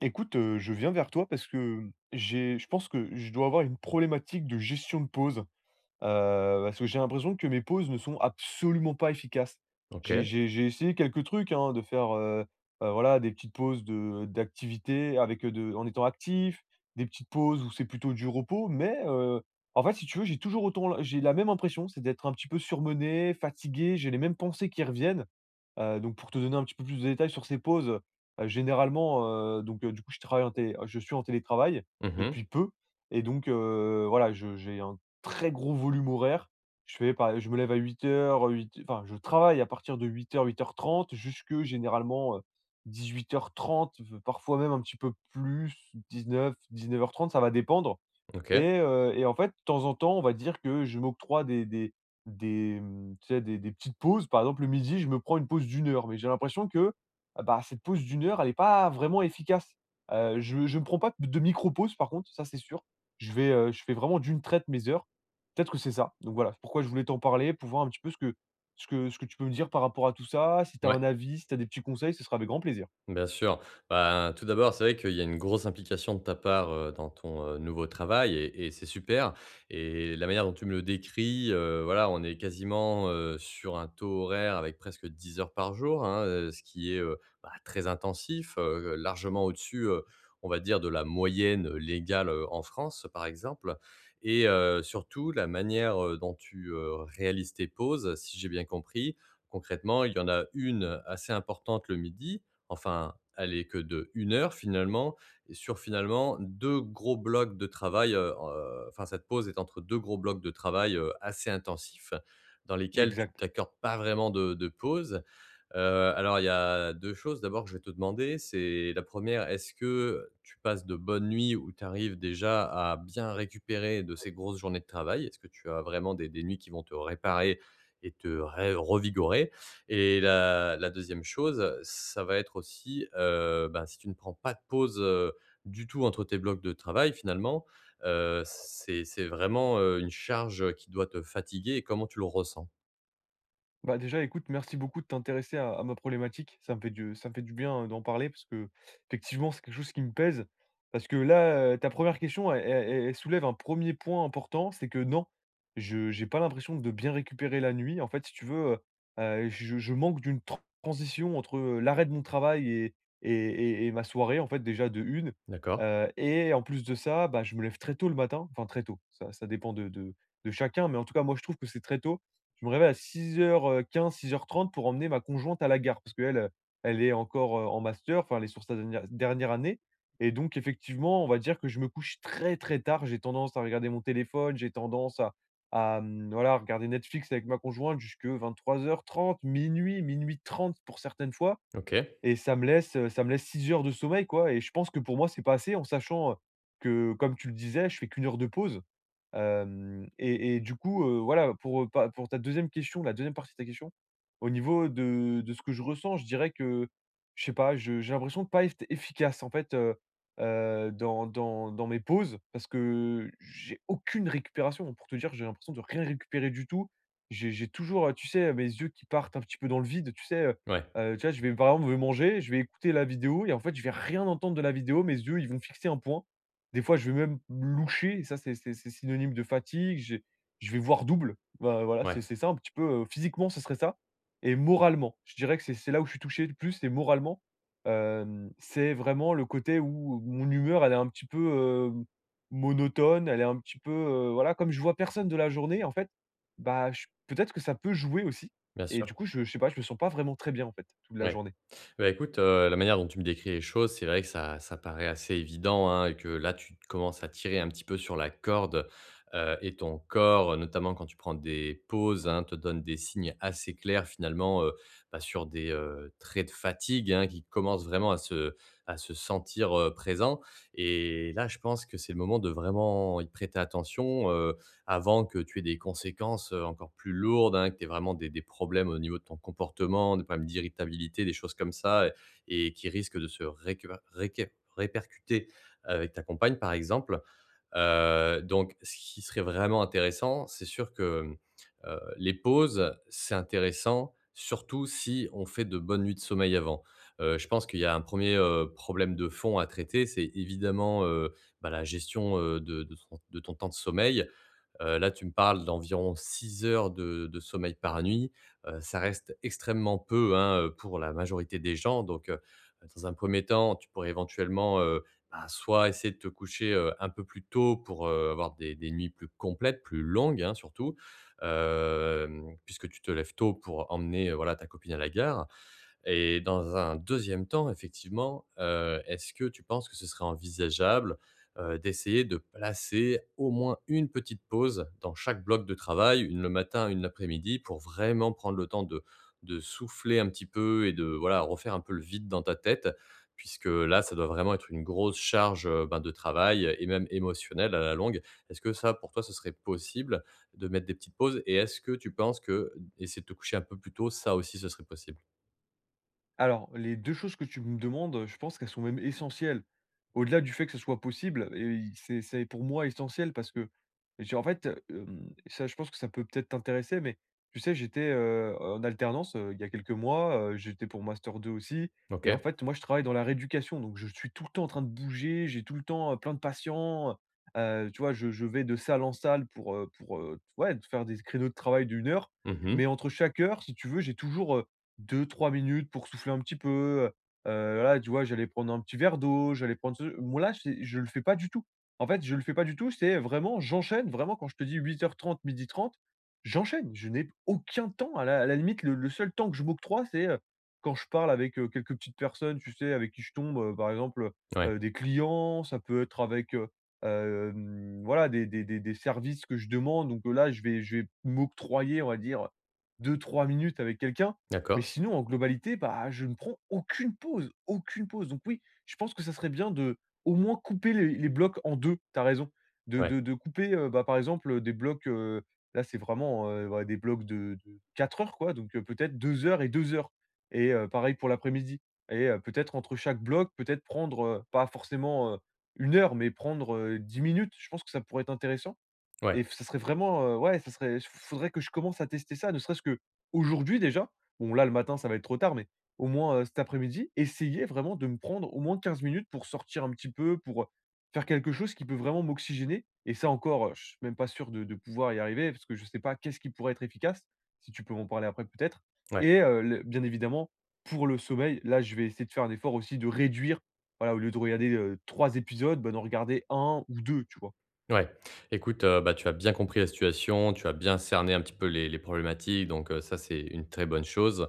Écoute, je viens vers toi parce que j'ai je pense que je dois avoir une problématique de gestion de pause, parce que j'ai l'impression que mes pauses ne sont absolument pas efficaces. OK. J'ai essayé quelques trucs, hein, de faire, voilà, des petites pauses de d'activités avec, de en étant actif, des petites pauses où c'est plutôt du repos, mais, en fait, si tu veux, j'ai toujours autant la même impression, c'est d'être un petit peu surmené, fatigué, j'ai les mêmes pensées qui reviennent. Donc pour te donner un petit peu plus de détails sur ces pauses, généralement, du coup, je suis en télétravail Mmh mh. depuis peu. Et donc voilà, je j'ai un très gros volume horaire. Je fais par Je me lève à 08:00, 8 enfin, je travaille à partir de 08:00-08:30 jusque généralement, 18:30, v parfois même un petit peu plus, 19-19:30, ça va dépendre. OK. Et en fait, de temps en temps, on va dire que je m'octroie des, tu sais, des petites pauses. Par exemple, le midi, je me prends une pause d'une heure, mais j'ai l'impression que, ah bah, cette pause d'une heure, elle est pas vraiment efficace. Je ne me prends pas de micro-pause par contre, ça, c'est sûr. Je fais vraiment d'une traite mes heures. Peut-être que c'est ça. Donc voilà, c'est pourquoi je voulais t'en parler, pour voir un petit peu ce que tu peux me dire par rapport à tout ça. Si tu as Ouais. un avis, si tu as des petits conseils, ce sera avec grand plaisir. Bien sûr. Bah, tout d'abord, c'est vrai qu'il y a une grosse implication de ta part, dans ton, nouveau travail et c'est super et la manière dont tu me le décris, voilà, on est quasiment, sur un taux horaire avec presque 10 heures par jour, hein, ce qui est, bah, très intensif, largement au-dessus, on va dire de la moyenne légale, en France, par exemple. Et surtout la manière, dont tu, réalises tes pauses, si j'ai bien compris. Concrètement, il y en a une assez importante le midi, enfin, elle est que de 1 heure finalement, et sur finalement 2 gros blocs de travail. En Enfin, cette pause est entre 2 gros blocs de travail, assez intensifs dans lesquels tu Exact. t'accordes pas vraiment de pause. Heu, alors il y a 2 choses d'abord que je vais te demander. C'est la première: est-ce que tu passes de bonnes nuits où tu arrives déjà à bien récupérer de ces grosses journées de travail? Est-ce que tu as vraiment des nuits qui vont te réparer et te ré revigorer? Et la 2e chose, ça va être aussi, ben, si tu ne prends pas de pause, du tout entre tes blocs de travail finalement, c'est vraiment, une charge qui doit te fatiguer, et comment tu le ressens? Bah, déjà, écoute, merci beaucoup de t'intéresser à ma problématique. Ça me fait du bien d'en parler parce que, effectivement, c'est quelque chose qui me pèse. Parce que là, ta première question, elle soulève un premier point important, c'est que non, je j'ai pas l'impression de bien récupérer la nuit. En fait, si tu veux, je manque d'une transition entre l'arrêt de mon travail et ma soirée, en fait, déjà de une. D'accord. Et en plus de ça, bah, je me lève très tôt le matin, enfin très tôt, ça dépend de chacun, mais en tout cas, moi, je trouve que c'est très tôt. Je me réveille à 6h15, 6h30 pour emmener ma conjointe à la gare parce qu'elle, elle est encore, en master, enfin, elle est sur sa dernière dernière année. Et donc effectivement, on va dire que je me couche très, très tard. J'ai tendance à regarder mon téléphone, j'ai tendance à, voilà, regarder Netflix avec ma conjointe jusque 23h30, minuit, minuit trente pour certaines fois. OK. Et ça me laisse 6 heures de sommeil, quoi. Et je pense que pour moi, c'est pas assez en sachant, que comme tu le disais, je fais qu'une heure de pause. Hem et du coup, voilà, pour ta deuxième question, la deuxième partie de ta question, au niveau de ce que je ressens, je dirais que, je sais pas, je j'ai l'impression de pas être efficace, en fait, dans mes pauses parce que j'ai aucune récupération. Pour te dire, j'ai l'impression de rien récupérer du tout. J'ai toujours, tu sais, mes yeux qui partent un petit peu dans le vide, tu sais, Ouais, tu vois, je vais manger, je vais écouter la vidéo et en fait, je vais rien entendre de la vidéo. Mes yeux, ils vont fixer un point des fois, je vais même loucher, ça c'est synonyme de fatigue, j'ai je vais voir double, bah, voilà, ouais, c'est ça un petit peu, physiquement ce serait ça. Et moralement, je dirais que c'est là où je suis touché le plus, c'est moralement. C'est vraiment le côté où mon humeur elle est un petit peu, heu, monotone, elle est un petit peu, voilà, comme je vois personne de la journée en fait, bah, je peut-être que ça peut jouer aussi. bien Et du sûr. coup je sais pas, je me sens pas vraiment très bien en fait, toute la Ouais. journée. Bah, écoute, la manière dont tu me décris les choses, c'est vrai que ça ça paraît assez évident, hein, et que là, tu commences à tirer un petit peu sur la corde, et ton corps, notamment quand tu prends des pauses, hein, te donne des signes assez clairs finalement, bah, sur des, traits de fatigue, hein, qui commencent vraiment à se sentir, présents. Et là, je pense que c'est le moment de vraiment y prêter attention, avant que tu aies des conséquences, encore plus lourdes, hein, que tu aies vraiment des problèmes au niveau de ton comportement, des problèmes d'irritabilité, des choses comme ça, et qui risquent de se récur réquer répercuter, avec ta compagne, par exemple. Donc ce qui serait vraiment intéressant, c'est sûr que, les pauses, c'est intéressant, surtout si on fait de bonnes nuits de sommeil avant. Je pense qu'il y a un premier er problème de fond à traiter, c'est évidemment, bah, la gestion, de ton temps de sommeil. Là, tu me parles d'environ 6 heures de sommeil par nuit, ça reste extrêmement peu, hein, pour la majorité des gens. Donc dans un premier temps, tu pourrais éventuellement, bah, soit essayer de te coucher, un peu plus tôt pour, avoir des nuits plus complètes, plus longues, hein, surtout, puisque tu te lèves tôt pour emmener, voilà, ta copine à la gare. Et dans un deuxième temps, effectivement, est-ce que tu penses que ce serait envisageable, d'essayer de placer au moins une petite pause dans chaque bloc de travail, une le matin, une l'après-midi, pour vraiment prendre le temps de souffler un petit peu et de, voilà, refaire un peu le vide dans ta tête? Puisque là, ça doit vraiment être une grosse charge, ben, de travail et même émotionnelle à la longue. Est-ce que ça, pour toi, ce serait possible de mettre des petites pauses? Et est-ce que tu penses que, essayer de te coucher un peu plus tôt, ça aussi, ce serait possible? Alors, les 2 choses que tu me demandes, je pense qu'elles sont même essentielles. Au-delà du fait que ce soit possible et i c'est pour moi essentiel parce que j'ai en fait, ça je pense que ça peut-être t'intéresser, mais tu sais j'étais, en alternance, il y a quelques mois, j'étais pour master 2 aussi. Et en OK. fait moi je travaille dans la rééducation donc je suis tout le temps en train de bouger, j'ai tout le temps, plein de patients, tu vois? Je vais de salle en salle pour, ouais, faire des créneaux de travail d'une heure, Mhm. mais entre chaque heure, si tu veux, j'ai toujours, deux trois minutes pour souffler un petit peu, voilà, tu vois? J'allais prendre un petit verre d'eau, j'allais prendre ce moi là, c'est je le fais pas du tout. En fait, je le fais pas du tout, c'est vraiment j'enchaîne, vraiment quand je te dis huit heures trente midi trente j'enchaîne. Je n'ai aucun temps, à la limite, le seul temps que je m'octroie, c'est, quand je parle avec, quelques petites personnes, tu sais, avec qui je tombe, par exemple, Ouais, des clients, ça peut être avec, voilà, des services que je demande, donc, là, je vais m'octroyer, on va dire, deux trois minutes avec quelqu'un. Mais d'accord. sinon, en globalité, bah, je ne prends aucune pause, aucune pause. Donc oui, je pense que ça serait bien de, au moins, couper les blocs en deux. T'as raison. Ouais, De couper, bah, par exemple, des blocs. Là, c'est vraiment ouais, des blocs de 4 heures, quoi. Donc peut-être 2 heures. Et pareil pour l'après-midi. Et peut-être entre chaque bloc, peut-être prendre, pas forcément une heure, mais prendre 10 minutes. Je pense que ça pourrait être intéressant. ouais, Et f Ça serait vraiment, ouais, ça serait f faudrait que je commence à tester ça, ne serait-ce que aujourd'hui déjà. Bon là, le matin, ça va être trop tard, mais au moins, cet après-midi, essayer vraiment de me prendre au moins 15 minutes pour sortir un petit peu, pour, faire quelque chose qui peut vraiment m'oxygéner. Et ça encore, je suis même pas sûr de pouvoir y arriver parce que je sais pas qu'est-ce qui pourrait être efficace, si tu peux m'en parler après peut-être? ouais. Et le bien évidemment, pour le sommeil, là, je vais essayer de faire un effort aussi de réduire, voilà, au lieu de regarder, 3 épisodes, ben d'en regarder un ou deux, tu vois? Ouais, écoute, bah, tu as bien compris la situation, tu as bien cerné un petit peu les problématiques, donc ça, c'est une très bonne chose.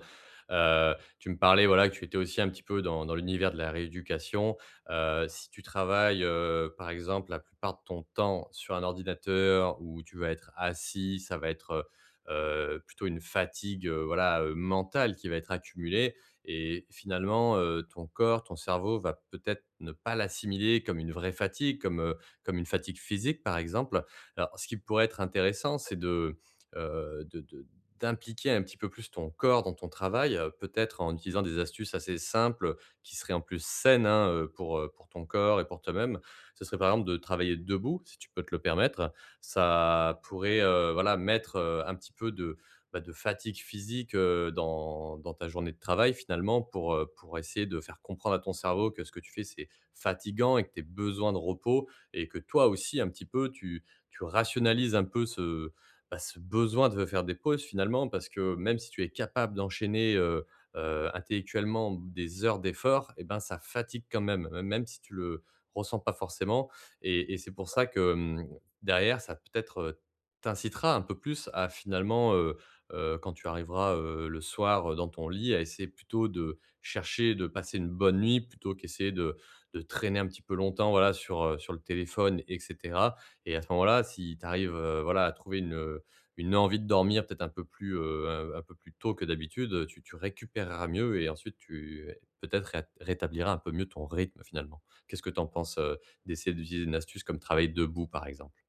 Tu me parlais, voilà, que tu étais aussi un petit peu dans l'univers de la rééducation. Si tu travailles, par exemple, la plupart de ton temps sur un ordinateur où tu vas être assis, ça va être, heu plutôt une fatigue, voilà, mentale qui va être accumulée et finalement, ton corps, ton cerveau va peut-être ne pas l'assimiler comme une vraie fatigue, comme une fatigue physique, par exemple. Alors, ce qui pourrait être intéressant, c'est de d'impliquer un petit peu plus ton corps dans ton travail, peut-être en utilisant des astuces assez simples, qui seraient en plus saines, hein, pour ton corps et pour toi-même. Ce serait, par exemple, de travailler debout, si tu peux te le permettre. Ça pourrait, voilà, mettre, un petit peu de, bah, de fatigue physique, dans ta journée de travail, finalement, pour essayer de faire comprendre à ton cerveau que ce que tu fais, c'est fatigant et que tu aies besoin de repos, et que toi aussi, un petit peu, tu rationalises un peu ce besoin de faire des pauses finalement, parce que même si tu es capable d'enchaîner, intellectuellement des heures d'effort, et ben, ça fatigue quand même, même si tu le ressens pas forcément, et c'est pour ça que, derrière ça peut-être, t'incitera un peu plus à finalement, quand tu arriveras, le soir, dans ton lit, à essayer plutôt de chercher de passer une bonne nuit plutôt qu'essayer de traîner un petit peu longtemps, voilà, sur le téléphone et cetera. Et à ce moment-là, si tu arrives, voilà, à trouver une, envie de dormir peut-être un peu plus, un peu plus tôt que d'habitude, tu récupéreras mieux et ensuite tu peut-être ré rétabliras un peu mieux ton rythme finalement. Qu'est-ce que tu en penses, d'essayer d'utiliser une astuce comme travailler debout, par exemple?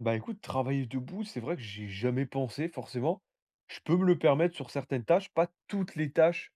Bah, écoute, travailler debout, c'est vrai que j'ai jamais pensé forcément. Je peux me le permettre sur certaines tâches, pas toutes les tâches.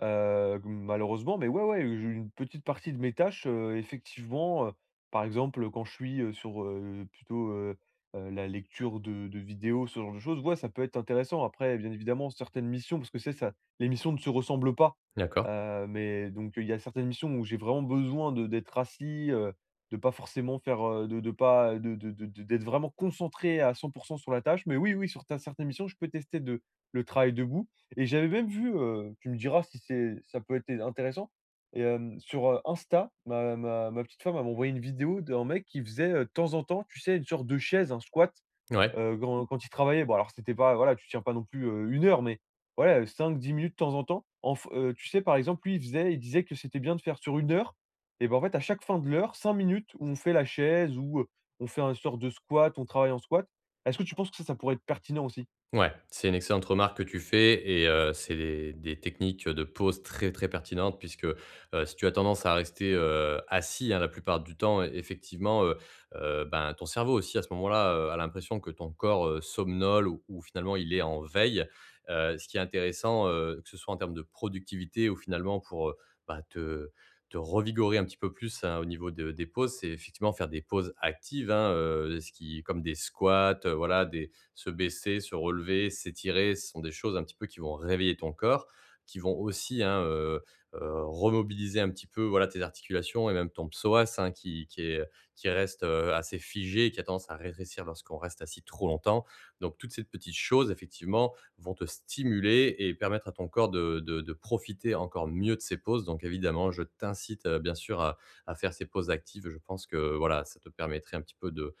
Malheureusement, mais ouais, ouais, j'ai une petite partie de mes tâches, effectivement, par exemple, quand je suis, sur, plutôt, la lecture de vidéos, ce genre de choses, ouais, ça peut être intéressant. Après, bien évidemment, certaines missions parce que c'est ça, les missions ne se ressemblent pas, D'accord. Mais donc il y a certaines missions où j'ai vraiment besoin de d'être assis, de pas de de d'être vraiment concentré à 100% sur la tâche. Mais oui, oui, sur ta certaines missions, je peux tester de le travail debout. Et j'avais même vu, tu me diras si c'est ça peut être intéressant, et sur, Insta, ma petite femme, elle m'a envoyé une vidéo d'un mec qui faisait, de temps en temps, tu sais, une sorte de chaise, un squat, Ouais. Quand il travaillait. Bon, alors c'était pas voilà, tu tiens pas non plus, 1 heure, mais voilà, cinq dix minutes de temps en temps. En f Tu sais, par exemple, lui, il disait que c'était bien de faire sur une heure, et ben en fait, à chaque fin de l'heure, 5 minutes où on fait la chaise, où, on fait une sorte de squat, on travaille en squat. Est-ce que tu penses que ça pourrait être pertinent aussi? Ouais, c'est une excellente remarque que tu fais, et c'est des techniques de pause très, très pertinentes puisque, si tu as tendance à rester, assis, hein, la plupart du temps, effectivement, ben, ton cerveau aussi à ce moment-là, a l'impression que ton corps, somnole ou finalement il est en veille. Ce qui est intéressant, que ce soit en termes de productivité ou finalement pour, bah, te revigorer un petit peu plus, hein, au niveau de des pauses, c'est effectivement faire des pauses actives, hein, ce qui comme des squats, voilà, des se baisser, se relever, s'étirer, ce sont des choses un petit peu qui vont réveiller ton corps, qui vont aussi, hein, remobiliser un petit peu, voilà, tes articulations et même ton psoas, hein, qui reste, assez figé et qui a tendance à rétrécir lorsqu'on reste assis trop longtemps. Donc toutes ces petites choses, effectivement, vont te stimuler et permettre à ton corps de profiter encore mieux de ses pauses. Donc évidemment, je t'incite, bien sûr à faire ces pauses actives. Je pense que, voilà, ça te permettrait un petit peu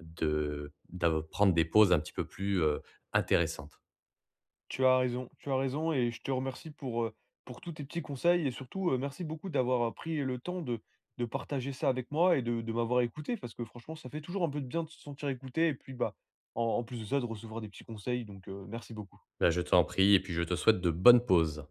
de d'av prendre des pauses un petit peu plus, intéressantes. Tu as raison et je te remercie pour tous tes petits conseils et surtout, merci beaucoup d'avoir, pris le temps de partager ça avec moi et de m'avoir écouté parce que franchement, ça fait toujours un peu de bien de se sentir écouté et puis, bah, en plus de ça, de recevoir des petits conseils donc merci beaucoup. Là, je t'en prie, et puis je te souhaite de bonnes pauses.